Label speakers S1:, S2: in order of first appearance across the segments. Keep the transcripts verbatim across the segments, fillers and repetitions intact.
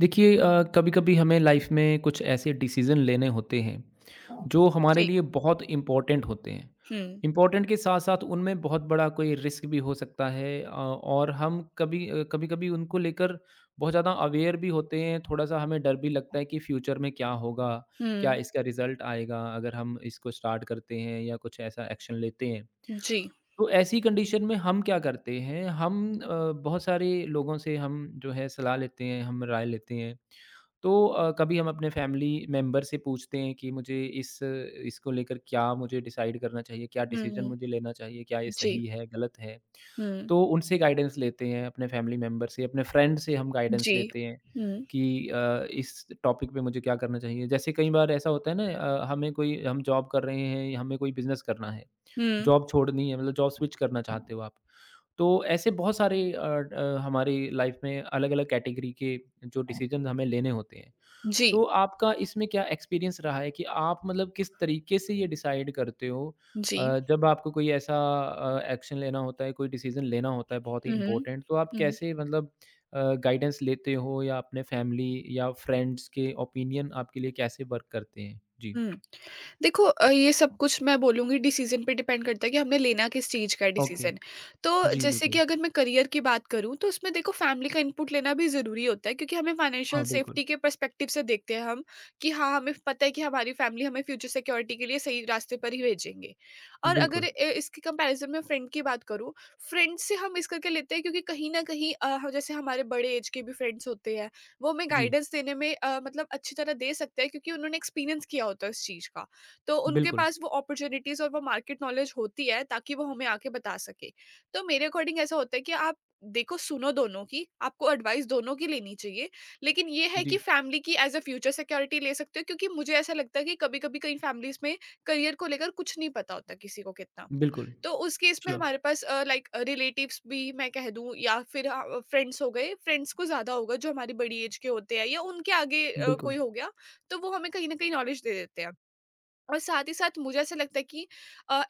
S1: देखिए अ, कभी-कभी हमें लाइफ में कुछ ऐसे डिसीज़न लेने होते हैं, जो हमारे
S2: जी।
S1: लिए बहुत इम्पोर्टेंट होते हैं।
S2: हुँ।
S1: इम्पोर्टेंट के साथ-साथ उनमें बहुत बड़ा कोई रिस्क भी हो सकता है, अ, और हम कभी अ, कभी-कभी उनको लेकर बहुत ज़्यादा अवेयर भी होते हैं, थोड़ा-सा हमें डर भी लगता है कि फ्यूचर में क्या होगा? क्या
S2: हुँ।
S1: इसका रिज़ल्ट आएगा अगर हम इसको स्टार्ट करते हैं या कुछ ऐसा एक्शन लेते हैं?
S2: जी।
S1: तो ऐसी कंडीशन में हम क्या करते हैं, हम अ, बहुत सारे लोगों से हम जो है सलाह लेते हैं, हम राय लेते हैं। तो अ, कभी हम अपने फैमिली मेंबर से पूछते हैं कि मुझे इस इसको लेकर क्या मुझे डिसाइड करना चाहिए, क्या डिसीज़न
S2: हुँ।
S1: मुझे लेना चाहिए, क्या ये
S2: जी।
S1: सही है, गलत है?
S2: हुँ।
S1: तो उनसे गाइडेंस लेते हैं, अपने फैमिली मेंबर से, अपने फ्रेंड से हम गाइडेंस
S2: जी।
S1: लेते हैं
S2: हुँ।
S1: कि अ, इस टॉपिक पे मुझे क्या करना चाहिए। जैसे कई बार ऐसा होता है ना, अ, हमें कोई हम जॉब कर रहे हैं, हमें कोई बिज़नेस करना है,
S2: हुँ।
S1: जॉब छोड़नी है मतलब जॉब स्विच करना चाहते हो आप। तो ऐसे बहुत सारे अ, ड हमारी लाइफ़ में अलग-अलग कैटेगरी के जो डिसीज़न हमें लेने होते हैं।
S2: जी।
S1: तो आपका इसमें क्या एक्सपीरियंस रहा है कि आप मतलब किस तरीके से ये डिसाइड करते हो,
S2: जी।
S1: अ, जब आपको कोई ऐसा एक्शन लेना होता है, कोई डिसीज़न लेना होता है बहुत ही
S2: हुँ।
S1: इम्पोर्टेंट, तो आप
S2: हुँ।
S1: कैसे मतलब अ, गाइडेंस लेते हो या अपने फैमिली या फ्रेंड्स के ओपिनियन आपके लिए कैसे वर्क करते हैं? जी।
S2: हुँ। देखो अ, ये सब कुछ मैं बोलूँगी डिसीज़न पे डिपेंड करता है कि हमने लेना किस चीज़ का है
S1: ओके।
S2: डिसीज़न। तो
S1: जी,
S2: जैसे कि
S1: बिल्कुल।
S2: अगर मैं करियर की बात करूँ तो उसमें देखो फैमिली का इनपुट लेना भी ज़रूरी होता है, क्योंकि हमें फाइनेंशियल
S1: हाँ, बिल्कुल।
S2: सेफ्टी के पर्सपेक्टिव से देखते हैं हम कि हाँ, हमें पता है कि हमारी फैमिली हमें फ्यूचर सिक्योरिटी के लिए सही रास्ते पर ही भेजेंगे। और अगर
S1: बिल्कुल।
S2: अ, इसकी कंपैरिज़न में फ्रेंड की बात करूँ, फ्रेंड से हम इस करके लेते हैं, क्योंकि कहीं न कहीं अ, ह जैसे हमारे बड़े एज के भी फ्रेंड्स होते हैं, वो हमें
S1: जी,
S2: गाइडेंस देने में अ, मतलब अच्छी तरह दे सकते हैं, क्योंकि उन्होंने एक्सपीरियंस किया होता है उस चीज़ का। तो उनके
S1: बिल्कुल।
S2: पास वो अपॉर्च्युनिटीज़ और वो मार्केट नॉलेज होती है ताकि वो हमें आके बता सके। तो मेरे अकॉर्डिंग ऐसा होता है कि आप देखो सुनो दोनों की, आपको एडवाइस दोनों की लेनी चाहिए। लेकिन ये है कि
S1: जी,
S2: फैमिली की एज़ अ फ्यूचर सिक्योरिटी ले सकते हो, क्योंकि मुझे ऐसा लगता है कि कभी-कभी कई फैमिलीज़ में करियर को लेकर कुछ नहीं पता होता किसी को कितना।
S1: बिल्कुल।
S2: तो उस केस में
S1: श्योर।
S2: हमारे पास अ, लाइक रिलेटिव्स भी मैं कह दूँ या फिर हाँ, अ, फ्रेंड्स हो गए, फ्रेंड्स को ज़्यादा होगा जो हमारी बड़ी एज के होते हैं या उनके आगे अ, कोई
S1: बिल्कुल।
S2: हो गया, तो वो हमें कहीं न कहीं नॉलेज दे देते हैं। और साथ ही साथ मुझे ऐसा लगता है कि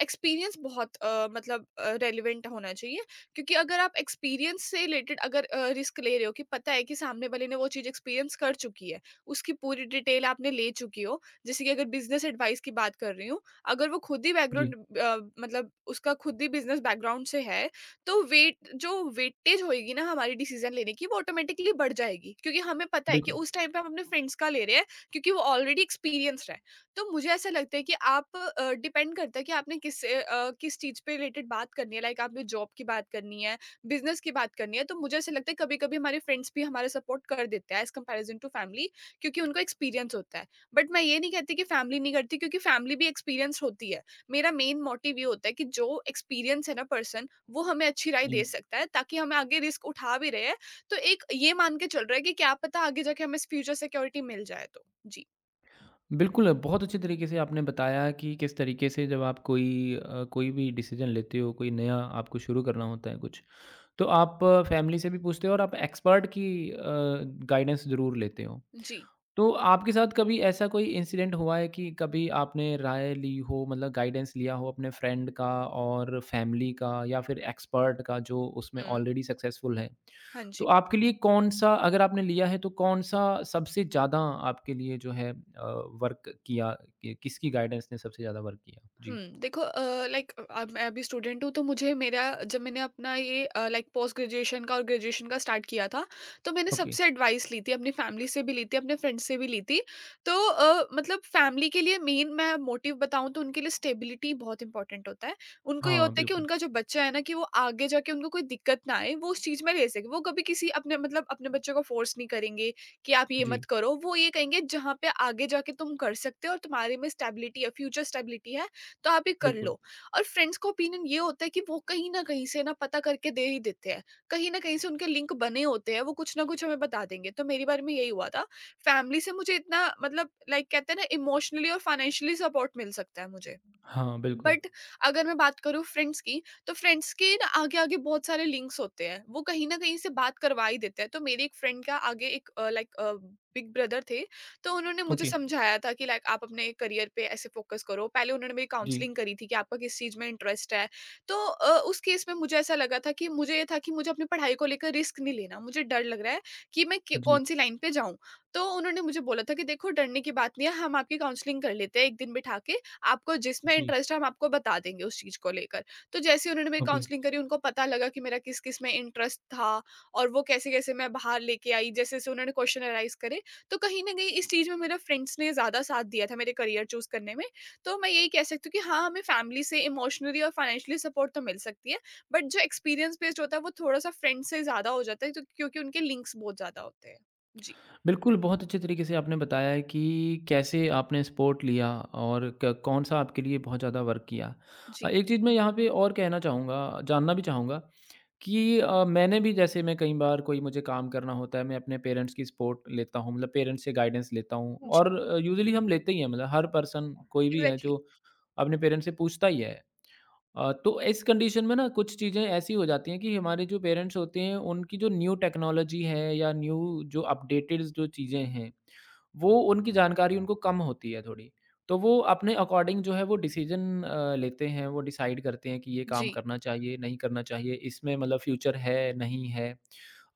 S2: एक्सपीरियंस बहुत अ, मतलब रेलिवेंट होना चाहिए, क्योंकि अगर आप एक्सपीरियंस से रिलेटेड अगर रिस्क ले रहे हो कि पता है कि सामने वाले ने वो चीज़ एक्सपीरियंस कर चुकी है, उसकी पूरी डिटेल आपने ले चुकी हो। जैसे कि अगर बिजनेस एडवाइस की बात कर रही हूँ, अगर वो खुद ही
S1: जी,
S2: बैकग्राउंड मतलब उसका खुद ही बिजनेस बैकग्राउंड से है, तो वेट जो वेटेज होगी ना हमारी डिसीजन लेने की वो ऑटोमेटिकली बढ़ जाएगी, क्योंकि हमें पता है कि
S1: बिल्कुल।
S2: उस टाइम पे हम अपने फ्रेंड्स का ले रहे हैं, क्योंकि वो ऑलरेडी एक्सपीरियंस है। तो मुझे ऐसा लगता है कि आप अ, डिपेंड करता है कि आपने किस अ, अ, किस चीज़ पे रिलेटेड बात करनी है, लाइक आपने जॉब की बात करनी है, बिज़नेस की बात करनी है, तो मुझे ऐसा लगता है कभी-कभी हमारे फ्रेंड्स भी हमारा सपोर्ट कर देते हैं एज़ कंपैरिज़न टू फैमिली, क्योंकि उनको एक्सपीरियंस होता है। बट मैं ये नहीं कहती कि फैमिली नहीं करती, क्योंकि फैमिली भी एक्सपीरियंस्ड होती है। मेरा मेन मोटिव ये होता है कि जो एक्सपीरियंस है ना पर्सन, वो हमें अच्छी राय
S1: जी।
S2: दे सकता है, ताकि हम आगे रिस्क उठा भी रहे हैं, तो एक ये मान के चल रहा है कि क्या पता आगे जाके हमें स फ्यूचर सिक्योरिटी मिल जाए तो। जी।
S1: बिल्कुल, बहुत अच्छे तरीके से आपने बताया कि किस तरीके से जब आप कोई अ, कोई भी डिसीज़न लेते हो, कोई नया आपको शुरू करना होता है कुछ, तो आप फैमिली से भी पूछते हो और आप एक्सपर्ट की अ, गाइडेंस ज़रूर लेते हो।
S2: जी।
S1: तो आपके साथ कभी ऐसा कोई इंसिडेंट हुआ है कि कभी आपने राय ली हो मतलब गाइडेंस लिया हो अपने फ्रेंड का और फैमिली का या फिर एक्सपर्ट का जो उसमें
S2: हुँ।
S1: ऑलरेडी सक्सेसफुल है,
S2: 很
S1: तो
S2: 奇
S1: आपके लिए कौन सा अगर आपने लिया है तो कौन सा सबसे ज़्यादा आपके लिए जो है वर्क किया कि, किसकी गाइडेंस ने सबसे ज़्यादा वर्क किया? जी।
S2: हुँ। देखो अ, लाइक अब मैं अभी स्टूडेंट हूँ, तो मुझे मेरा जब मैंने अपना ये अ, लाइक पोस्ट ग्रेजुएशन का और ग्रेजुएशन का स्टार्ट किया था, तो मैंने
S1: ओके।
S2: सबसे एडवाइस ली थी, अपनी फैमिली से भी ली थी, अपने फ्रेंड्स से भी ली थी। तो अ, मतलब फैमिली के लिए मेन मैं मोटिव बताऊँ तो उनके लिए स्टेबिलिटी बहुत इम्पोर्टेंट होता है। उनको ये
S1: हाँ,
S2: होता है कि
S1: बिल्कुल।
S2: उनका जो बच्चा है ना कि वो आगे जाके उनको कोई दिक्कत ना आए, वो उस चीज़ में रह सके। वो कभी किसी अपने मतलब अपने बच्चों को फ़ोर्स नहीं करेंगे कि आप ये
S1: जी।
S2: मत करो। वो ये कहेंगे जहाँ पे आगे जाके तुम कर सकते हो और तुम्हारे में स्टेबिलिटी है, फ्यूचर स्टेबिलिटी है तो आप ये कर
S1: बिल्कुल।
S2: लो। और फ्रेंड्स का ओपिनियन ये होता है कि वो कहीं ना कहीं से ना पता करके दे ही देते हैं। कहीं ना कहीं से उनके लिंक बने होते हैं, वो कुछ ना कुछ हमें बता देंगे। तो मेरी बार में यही हुआ था। फैमिली से मुझे इतना मतलब लाइक कहते हैं ना इमोशनली और फाइनेंशियली सपोर्ट मिल सकता है मुझे,
S1: हाँ, बिल्कुल।
S2: बट अगर मैं बात करूँ फ्रेंड्स की, तो फ्रेंड्स के ना आगे-आगे बहुत सारे लिंक्स होते हैं। वो कहीं न कहीं से बात करवा ही देते हैं। तो मेरी एक फ्रेंड का आगे एक अ, लाइक अ, बिग ब्रदर थे, तो उन्होंने मुझे
S1: ओके।
S2: समझाया था कि लाइक आप अपने करियर पे ऐसे फोकस करो। पहले उन्होंने मेरी
S1: जी।
S2: काउंसलिंग करी थी कि आपका किस चीज़ में इंटरेस्ट है। तो अ, उस केस में मुझे ऐसा लगा था कि मुझे ये था कि मुझे अपनी पढ़ाई को लेकर रिस्क नहीं लेना। मुझे डर लग रहा है कि मैं क
S1: जी।
S2: कौन-सी लाइन पे जाऊँ। तो उन्होंने मुझे बोला था कि देखो डरने की बात नहीं है, हम आपकी काउंसलिंग कर लेते हैं एक दिन बिठा के, आपको जिसमें
S1: जी।
S2: इंटरेस्ट है हम आपको बता देंगे उस चीज़ को लेकर। तो जैसे ही उन्होंने मेरी
S1: ओके।
S2: काउंसलिंग करी, उनको पता लगा कि मेरा किस-किस में इंटरेस्ट था और वो कैसे-कैसे मैं बाहर लेके आई, जैसे-जैसे उन्होंने क्वेश्चन एनालाइज़ करे, तो कहीं न कहीं इस चीज़ में मेरे फ्रेंड्स ने ज़्यादा साथ दिया था मेरे करियर चूज़ करने में। तो मैं यही कह सकती हूँ कि हाँ, हमें फैमिली से इमोशनली और फाइनेंशियली सपोर्ट तो मिल सकती है, बट जो एक्सपीरियंस बेस्ड होता है वो थोड़ा-सा फ्रेंड्स से ज़्यादा हो जाता है, तो क्योंकि उनके लिंक्स बहुत ज़्यादा होते हैं। जी।
S1: बिल्कुल, बहुत अच्छे तरीके से आपने बताया है कि कैसे आपने सपोर्ट लिया और क कौन-सा आपके लिए बहुत ज़्यादा वर्क किया। अ,
S2: जी।
S1: एक चीज़ मैं यहाँ पे और कहना चाहूँगा, जानना भी चाहूँगा कि अ, मैंने भी जैसे मैं कई बार कोई मुझे काम करना होता है, मैं अपने पेरेंट्स की सपोर्ट लेता हूँ, मतलब पेरेंट्स से गाइडेंस लेता हूँ
S2: जी।
S1: और अ, यूजुअली हम लेते ही हैं मतलब हर पर्सन कोई भी है
S2: एग्ज़ैक्टली।
S1: जो अपने पेरेंट्स से पूछता ही है। अ, तो इस कंडीशन में ना कुछ चीज़ें ऐसी हो जाती हैं कि हमारे जो पेरेंट्स होते हैं उनकी जो न्यू टेक्नोलॉजी है या न्यू जो अपडेटेड जो चीज़ें हैं, वो उनकी जानकारी उनको कम होती है थोड़ी। तो वो अपने अकॉर्डिंग जो है वो डिसीज़न अ, लेते हैं, वो डिसाइड करते हैं कि ये काम
S2: जी।
S1: करना चाहिए, नहीं करना चाहिए, इसमें मतलब फ्यूचर है, नहीं है,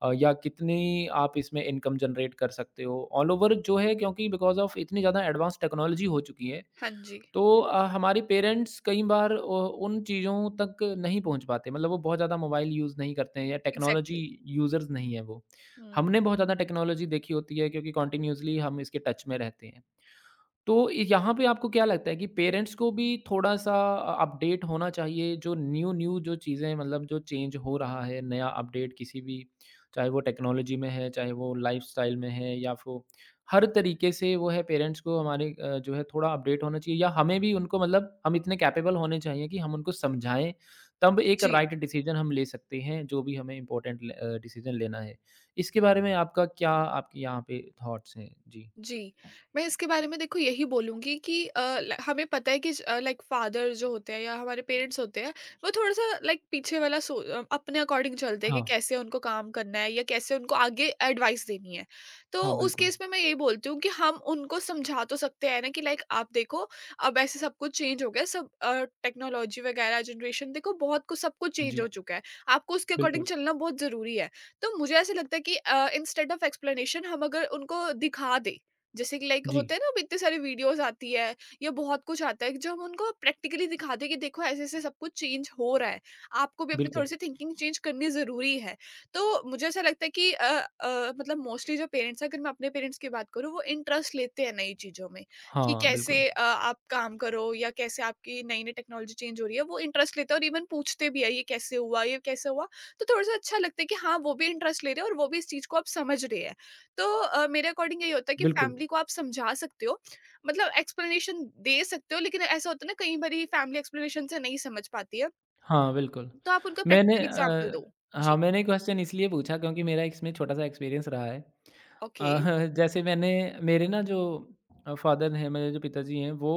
S1: अ, या कितनी आप इसमें इनकम जनरेट कर सकते हो। ऑल ओवर जो है क्योंकि बिकॉज़ ऑफ़ इतनी ज़्यादा एडवांस टेक्नोलॉजी हो चुकी है,
S2: हाँ जी।
S1: तो अ, हमारे पेरेंट्स कई बार अ, उन चीज़ों तक नहीं पहुँच पाते मतलब वो बहुत ज़्यादा मोबाइल यूज़ नहीं करते हैं या टेक्नोलॉजी
S2: एग्ज़ैक्टली।
S1: यूज़र्स नहीं हैं वो।
S2: हुँ।
S1: हमने बहुत ज़्यादा टेक्नोलॉजी देखी होती है क्योंकि कंटिन्यूअसली हम इसके टच में रहते हैं। तो यहाँ पे आपको क्या लगता है कि पेरेंट्स को भी थोड़ा-सा अ, अपडेट होना चाहिए जो न्यू न्यू जो चीज़ें मतलब जो चेंज हो रहा है, नया अपडेट किसी भी, चाहे वो टेक्नोलॉजी में है, चाहे वो लाइफ़स्टाइल में है या वो हर तरीके से वो है, पेरेंट्स को हमारे अ, जो है थोड़ा अपडेट होना चाहिए या हमें भी उनको मतलब हम इतने कैपेबल होने चाहिए कि हम उनको समझाएँ, तब एक
S2: जी।
S1: राइट डिसीज़न हम ले सकते हैं, जो भी हमें इम्पोर्टेंट ल अ, डिसीज़न लेना है। इसके बारे में आपका क्या आपके यहाँ पे थॉट्स हैं? जी।
S2: जी, मैं इसके बारे में देखो यही बोलूँगी कि अ, ल हमें पता है कि ज अ, लाइक फादर जो होते हैं या हमारे पेरेंट्स होते हैं, वो थोड़ा-सा लाइक पीछे वाला सो अ, अपने अकॉर्डिंग चलते हैं
S1: हाँ।
S2: कि कैसे उनको काम करना है या कैसे उनको आगे एडवाइस देनी है। तो
S1: हाँ,
S2: उस
S1: बिल्कुल।
S2: केस में मैं यही बोलती हूँ कि हम उनको समझा तो सकते हैं ना कि लाइक आप देखो, अब ऐसे सब कुछ चेंज हो गया है, सब अ, टेक्नोलॉजी वगैरह जनरेशन देखो बहुत कुछ सब कुछ चेंज
S1: जी,
S2: हो चुका है। आपको उसके अकॉर्डिंग
S1: बिल्कुल।
S2: चलना बहुत ज़रूरी है। तो मुझे ऐसा लगता है कि अ, इंस्टेड ऑफ एक्सप्लेनेशन हम अगर उनको दिखा दें, जैसे कि लाइक
S1: जी,
S2: होते हैं ना, अब इतने सारी वीडियोस आती है या बहुत कुछ आता है कि जो हम उनको प्रैक्टिकली दिखाते हैं कि देखो ऐसे ऐसे सब कुछ चेंज हो रहा है, आपको भी अपनी
S1: बिल्कुल।
S2: थोड़ी सी थिंकिंग चेंज करनी ज़रूरी है। तो मुझे ऐसा लगता है कि अ, अ, मतलब मोस्टली जो पेरेंट्स हैं, अगर मैं अपने पेरेंट्स की बात करूँ वो इंटरेस्ट लेते हैं नई चीज़ों में कि
S1: हाँ, बिल्कुल।
S2: कैसे अ, आप काम करो या कैसे आपकी नई नई टेक्नोलॉजी चेंज हो रही है, वो इंटरेस्ट लेते हैं और इवन पूछते भी है ये कैसे हुआ, ये कैसे हुआ। तो थोड़ा सा अच्छा लगता है कि हाँ वो भी इंटरेस्ट ले रहे हैं और वो भी इस चीज़ को आप समझ रहे हैं। तो अ, मेरे अकॉर्डिंग यही होता है कि
S1: बिल्कुल।
S2: फैमिली को आप समझा सकते हो, मतलब एक्सप्लेनेशन दे सकते हो, लेकिन ऐसा होता है ना कई बारी फैमिली एक्सप्लेनेशन से नहीं समझ पाती है,
S1: हाँ, बिल्कुल।
S2: तो आप उनको
S1: मैंने
S2: प्रैक्टिकल एग्जांपल
S1: अ,
S2: दो।
S1: हाँ,
S2: जी।
S1: मैंने क्वेश्चन इसलिए पूछा क्योंकि मेरा इसमें छोटा-सा एक्सपीरियंस रहा है।
S2: ओके।
S1: अ, जैसे मैंने मेरे ना जो अ, फ़ादर हैं, मेरे जो पिताजी हैं, वो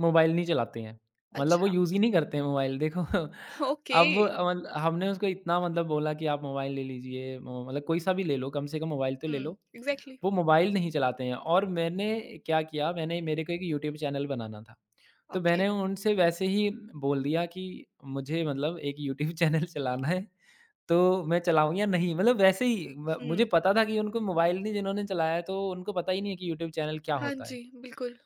S1: मोबाइल नहीं चलाते हैं। मतलब वो
S2: अच्छा।
S1: यूज़ ही नहीं करते हैं मोबाइल। देखो
S2: ओके।
S1: अब मल हमने उसको इतना मतलब बोला कि आप मोबाइल ले लीजिए, मो मतलब कोई-सा भी ले लो, कम से कम मोबाइल तो ले लो।
S2: हम्म। एग्जैक्टली।
S1: वो मोबाइल नहीं चलाते हैं और मैंने क्या किया, मैंने मेरे को एक यूट्यूब चैनल बनाना था। तो
S2: ओके।
S1: मैंने उनसे वैसे ही बोल दिया कि मुझे मतलब एक यूट्यूब चैनल चलाना है, तो मैं चलाऊँ या नहीं? मतलब वैसे ही म मुझे
S2: हम्म।
S1: पता था कि उनको मोबाइल नहीं जिन्होंने चलाया है, तो उनको पता ही नहीं है कि यूट्यूब चैनल क्या
S2: हाँ
S1: होता है।
S2: जी। बिल्कुल।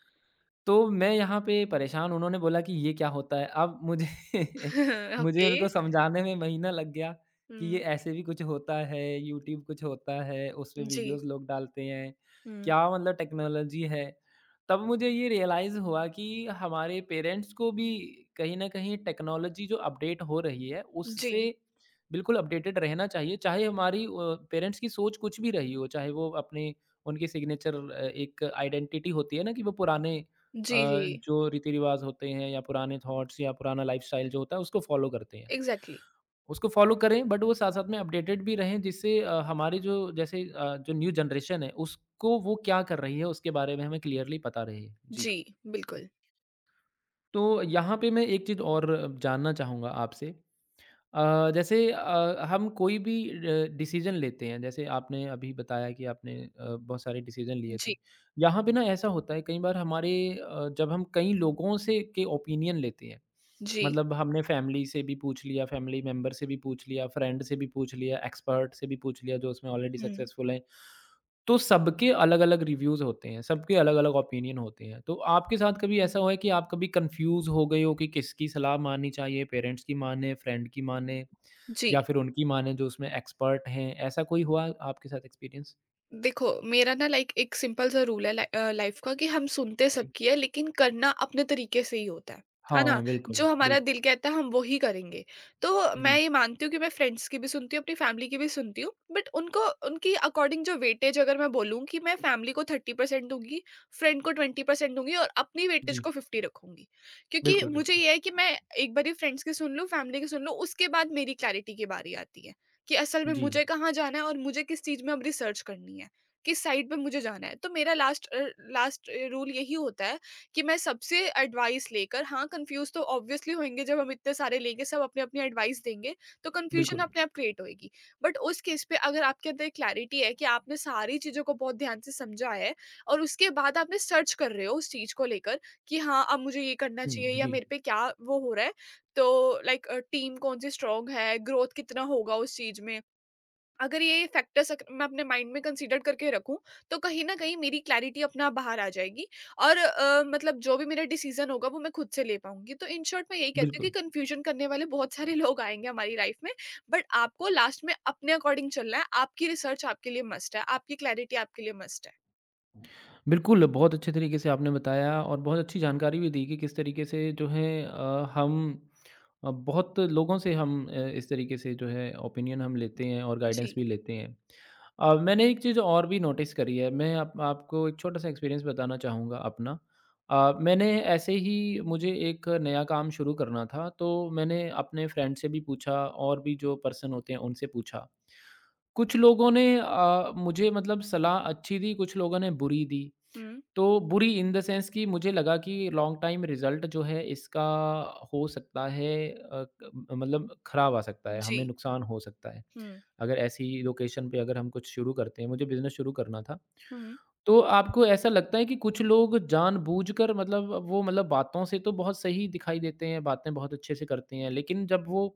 S1: तो मैं यहाँ पे परेशान उन्होंने बोला कि ये क्या होता है? अब मुझे मुझे उनको
S2: ओके।
S1: समझाने में महीना लग गया कि ये
S2: हम्म।
S1: ऐसे भी कुछ होता है, यूट्यूब कुछ होता है, उसमें
S2: जी।
S1: वीडियोज़ लोग डालते हैं,
S2: हम्म।
S1: क्या मतलब टेक्नोलॉजी है। तब मुझे ये रियलाइज़ हुआ कि हमारे पेरेंट्स को भी कहीं न कहीं टेक्नोलॉजी जो अपडेट हो रही है,
S2: जी।
S1: उससे बिल्कुल अपडेटेड रहना चाहिए, चाहे हमारी अ, पेरेंट्स की सोच कुछ भी रही हो, चाहे वो अपने उनकी सिग्नेचर अ, एक आइडेंटिटी होती है ना कि वो पुराने अ,
S2: जी। जी।
S1: जो रीति-रिवाज़ होते हैं या पुराने थॉट्स या पुराना लाइफ़स्टाइल जो होता है उसको फ़ॉलो करते हैं।
S2: एग्जैक्टली।
S1: उसको फ़ॉलो करें बट वो साथ-साथ में अपडेटेड भी रहें जिससे अ, हमारे जो जैसे अ, जो न्यू जनरेशन है उसको वो क्या कर रही है उसके बारे में हमें क्लियरली पता रहे। जी।
S2: जी। बिल्कुल।
S1: तो यहाँ पे मैं एक चीज़ और जानना चाहूँगा आपसे। अ, जैसे अ, हम कोई भी अ, डिसीजन लेते हैं जैसे आपने अभी बताया कि आपने अ, बहुत सारे डिसीजन लिए
S2: जी।
S1: थे, यहाँ पे ना ऐसा होता है कई बार हमारे, अ, जब हम कई लोगों से के ओपिनियन लेते हैं
S2: जी।
S1: मतलब हमने फैमिली से भी पूछ लिया, फैमिली मेम्बर से भी पूछ लिया, फ्रेंड से भी पूछ लिया, एक्सपर्ट से भी पूछ लिया जो उसमें ऑलरेडी
S2: हम्म।
S1: सक्सेसफुल हैं, तो सबके अलग-अलग रिव्यूज़ होते हैं, सबके अलग-अलग ओपिनियन होते हैं। तो आपके साथ कभी ऐसा हुआ है कि आप कभी कन्फ्यूज़ हो गए हो कि किसकी सलाह माननी चाहिए, पेरेंट्स की मानें, फ्रेंड की मानें
S2: जी।
S1: या फिर उनकी मानें जो उसमें एक्सपर्ट हैं? ऐसा कोई हुआ आपके साथ एक्सपीरियंस?
S2: देखो मेरा ना लाइक एक सिंपल सा रूल है लाइफ का, कि हम सुनते
S1: जी।
S2: सबकी है लेकिन करना अपने तरीके से ही होता है है ना।
S1: हाँ, बिल्कुल,
S2: जो हमारा
S1: बिल्कुल।
S2: दिल कहता है हम वो ही करेंगे। तो मैं
S1: जी,
S2: ये मानती हूँ कि मैं फ्रेंड्स की भी सुनती हूँ, अपनी फैमिली की भी सुनती हूँ, बट उनको उनकी अकॉर्डिंग जो वेटेज, अगर मैं बोलूँ कि मैं फैमिली को थर्टी परसेंट दूंगी, फ्रेंड को ट्वेंटी परसेंट दूंगी और अपनी वेटेज
S1: जी।
S2: को फिफ्टी रखूंगी। क्योंकि
S1: बिल्कुल,
S2: मुझे
S1: बिल्कुल।
S2: ये है कि मैं एक बारी फ्रेंड्स की सुन लूँ, फैमिली की सुन लूँ, उसके बाद मेरी क्लैरिटी की बारी आती है कि असल में
S1: जी,
S2: मुझे कहाँ जाना है और मुझे किस चीज़ में अब रिसर्च करनी है, किस साइट पे मुझे जाना है। तो मेरा last uh, last uh, rule यही होता है कि मैं सबसे एडवाइस लेकर हाँ, कन्फ्यूज़ तो ऑब्वियसली होंगे जब हम इतने सारे लेंगे, सब अपनी-अपनी एडवाइस देंगे, तो कन्फ्यूज़न
S1: बिल्कुल।
S2: अपने आप क्रिएट होएगी। बट उस केस पे अगर आपके अंदर क्लैरिटी है कि आपने सारी चीज़ों को बहुत ध्यान से समझा है और उसके बाद आपने सर्च कर रहे हो उस चीज़ को लेकर कि हाँ, अब मुझे ये करना
S1: हुँ,
S2: चाहिए या
S1: जी,
S2: मेरे पे क्या वो हो रहा है, तो लाइक टीम कौन सी स्ट्रांग है, ग्रोथ कितना होगा उस चीज़ में। अगर ये फैक्टर्स अक मैं अपने माइंड में कंसीडर करके रखूँ, तो कहीं न कहीं मेरी क्लैरिटी अपने आप बाहर आ जाएगी और अ, मतलब जो भी मेरा डिसीज़न होगा वो मैं खुद से ले पाऊँगी। तो इन शॉर्ट मैं यही कहती हूँ
S1: बिल्कुल।
S2: कि कन्फ्यूज़न करने वाले बहुत सारे लोग आएँगे हमारी लाइफ़ में, बट आपको लास्ट में अपने अकॉर्डिंग चलना है। आपकी रिसर्च आपके लिए मस्ट है, आपकी क्लैरिटी आपके लिए मस्ट है।
S1: बिल्कुल, बहुत अच्छे तरीके से आपने बताया और बहुत अच्छी जानकारी भी दी कि किस तरीके से जो है अ, हम अ, बहुत लोगों से हम अ, इस तरीके से जो है ओपिनियन हम लेते हैं और गाइडेंस
S2: जी।
S1: भी लेते हैं। अ, मैंने एक चीज़ और भी नोटिस करी है, मैं आप आपको एक छोटा-सा एक्सपीरियंस बताना चाहूँगा अपना। अ, मैंने ऐसे ही मुझे एक नया काम शुरू करना था, तो मैंने अपने फ्रेंड से भी पूछा और भी जो पर्सन होते हैं उनसे पूछा। कुछ लोगों ने अ, मुझे मतलब सलाह अच्छी दी, कुछ लोगों ने बुरी दी।
S2: हुँ।
S1: तो बुरी इन द सेंस कि मुझे लगा कि लॉन्ग टाइम रिज़ल्ट जो है इसका हो सकता है, अ, क मतलब खराब आ सकता है, हमें
S2: जी।
S1: नुकसान हो सकता है।
S2: हुँ।
S1: अगर ऐसी लोकेशन पे अगर हम कुछ शुरू करते हैं, मुझे बिज़नेस शुरू करना था।
S2: हुँ।
S1: तो आपको ऐसा लगता है कि कुछ लोग जानबूझकर मतलब वो मतलब बातों से तो बहुत सही दिखाई देते हैं, बातें बहुत अच्छे से करते हैं, लेकिन जब वो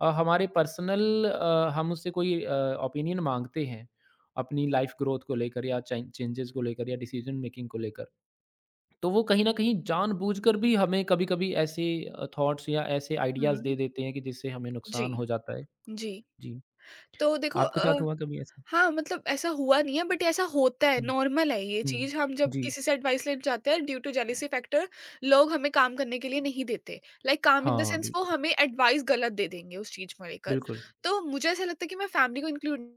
S1: अ, हमारे पर्सनल अ, हम उससे कोई अ, ओपिनियन माँगते हैं, अपनी लाइफ़ ग्रोथ को लेकर या चें चेंजेज़ को लेकर या डिसीज़न मेकिंग को लेकर, तो वो कहीं न कहीं जानबूझकर भी हमें कभी-कभी ऐसे अ, थॉट्स या ऐसे आइडियाज़ दे
S2: हुँ।
S1: देते हैं कि जिससे हमें नुकसान
S2: जी।
S1: हो जाता है।
S2: जी।
S1: जी,
S2: तो देखो
S1: आपके
S2: अ
S1: साथ हुआ कभी ऐसा?
S2: हाँ, मतलब ऐसा हुआ नहीं है बट ऐसा होता है, नॉर्मल है ये
S1: हुँ,
S2: चीज़। हम जब
S1: जी।
S2: किसी से एडवाइस लेने जाते हैं, ड्यू टू जेलेसी फैक्टर लोग हमें काम करने के लिए नहीं देते। लाइक काम इन द
S1: हाँ,
S2: सेंस वो
S1: बिल्कुल,
S2: हमें एडवाइस गलत दे देंगे उस चीज़ में लेकर।
S1: बिल्कुल।
S2: तो मुझे ऐसा लगता है कि मैं फैमिली को इंक्लूड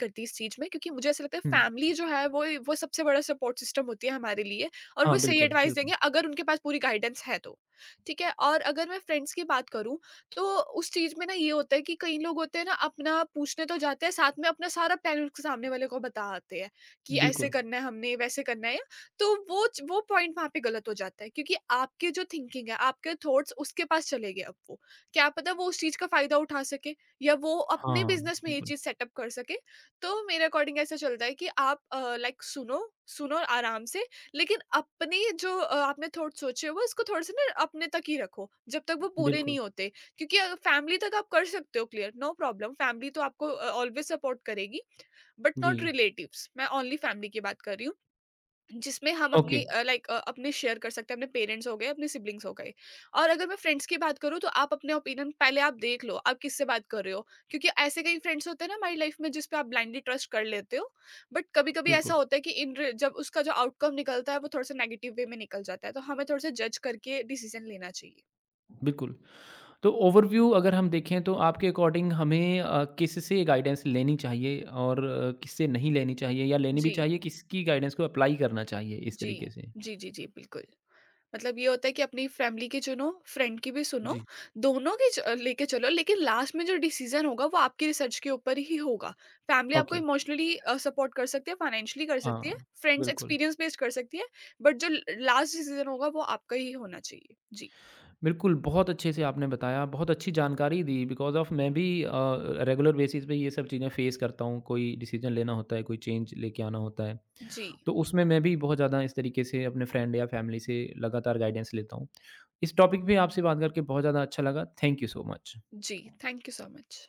S2: करती इस चीज़ में, क्योंकि मुझे ऐसा लगता है
S1: हुँ,
S2: फैमिली जो है वो वो सबसे बड़ा सपोर्ट सिस्टम होती है हमारे लिए, और
S1: हाँ,
S2: वो सही
S1: बिल्कुल,
S2: एडवाइस
S1: बिल्कुल,
S2: देंगे अगर उनके पास पूरी गाइडेंस है तो। ठीक है? और अगर मैं फ्रेंड्स की बात करूँ, तो उस चीज़ में ना ये होता है कि कई लोग होते हैं ना अपना पूछने तो जाते हैं, साथ में अपना सारा प्लान उसके सामने वाले को बता आते हैं कि ऐसे
S1: बिल्कुल।
S2: करना है, हमने वैसे करना है, तो वो च- वो पॉइंट वहाँ पे गलत हो जाता है, क्योंकि आपकी जो थिंकिंग है आपके थॉट्स उसके पास चले गए। अब वो क्या पता वो उस चीज़ का फायदा उठा सके या वो अपने
S1: हाँ,
S2: बिजनेस में ये
S1: बिल्कुल,
S2: चीज़ सेटअप कर सके। तो मेरे अकॉर्डिंग ऐसा चलता है कि आप लाइक सुनो सुनो आराम से, लेकिन अपने जो अ, आपने थॉट सोचे हुए उसको थोड़े से ना अपने तक ही रखो जब तक वो पूरे
S1: बिल्कुल,
S2: नहीं होते, क्योंकि अ, फैमिली तक आप कर सकते हो क्लियर, नो प्रॉब्लम, फैमिली तो आपको ऑलवेज सपोर्ट करेगी, बट
S1: जी।
S2: Not relatives. मैं ओनली फैमिली की बात कर रही हूँ, जिसमें हम
S1: ओके,
S2: अपनी लाइक अपने शेयर कर सकते हैं, अपने पेरेंट्स हो गए, अपने सिबलिंग्स हो गए। और अगर मैं फ्रेंड्स की बात करूँ, तो आप अपने ओपिनियन पहले आप देख लो आप किससे बात कर रहे हो, क्योंकि ऐसे कई फ्रेंड्स होते हैं ना हमारी लाइफ में जिसपे आप ब्लाइंडली ट्रस्ट कर लेते हो, बट कभी कभी ऐसा
S1: बिल्कुल,
S2: होता है कि इन re- जब उसका जो आउटकम निकलता है वो थोड़ा सा नेगेटिव वे में निकल जाता है, तो हमें थोड़ा सा जज करके डिसीजन लेना चाहिए।
S1: बिल्कुल। तो ओवरव्यू अगर हम देखें तो आपके अकॉर्डिंग हमें अ, किससे गाइडेंस लेनी चाहिए और अ, किससे नहीं लेनी चाहिए या लेनी भी
S2: जी।
S1: चाहिए, किसकी गाइडेंस को अप्लाई करना चाहिए इस
S2: जी।
S1: तरीके से?
S2: जी। जी। जी। बिल्कुल। मतलब ये होता है कि अपनी फैमिली की चुनो, फ्रेंड की भी सुनो,
S1: जी,
S2: दोनों की च लेके चलो, लेकिन लास्ट में जो डिसीज़न होगा वो आपकी रिसर्च के ऊपर ही होगा। फैमिली आपको
S1: ओके,
S2: इमोशनली अ, सपोर्ट कर सकती है, फाइनेंशियली कर सकती है,
S1: हाँ,
S2: फ्रेंड्स
S1: बिल्कुल।
S2: एक्सपीरियंस बेस्ड कर सकती है, बट जो ल लास्ट डिसीज़न होगा वो आपका ही होना चाहिए। जी,
S1: बिल्कुल, बहुत अच्छे से आपने बताया, बहुत अच्छी जानकारी दी बिकॉज़ ऑफ मैं भी अ, रेगुलर बेसिस पे ये सब चीज़ें फ़ेस करता हूँ, कोई डिसीज़न लेना होता है, कोई चेंज लेके आना होता है।
S2: जी,
S1: तो उसमें मैं भी बहुत ज़्यादा इस तरीके से अपने फ्रेंड या फैमिली से लगातार गाइडेंस लेता हूँ। इस टॉपिक पे आपसे बात करके बहुत ज़्यादा अच्छा लगा। Thank you so much.
S2: जी। Thank you so much.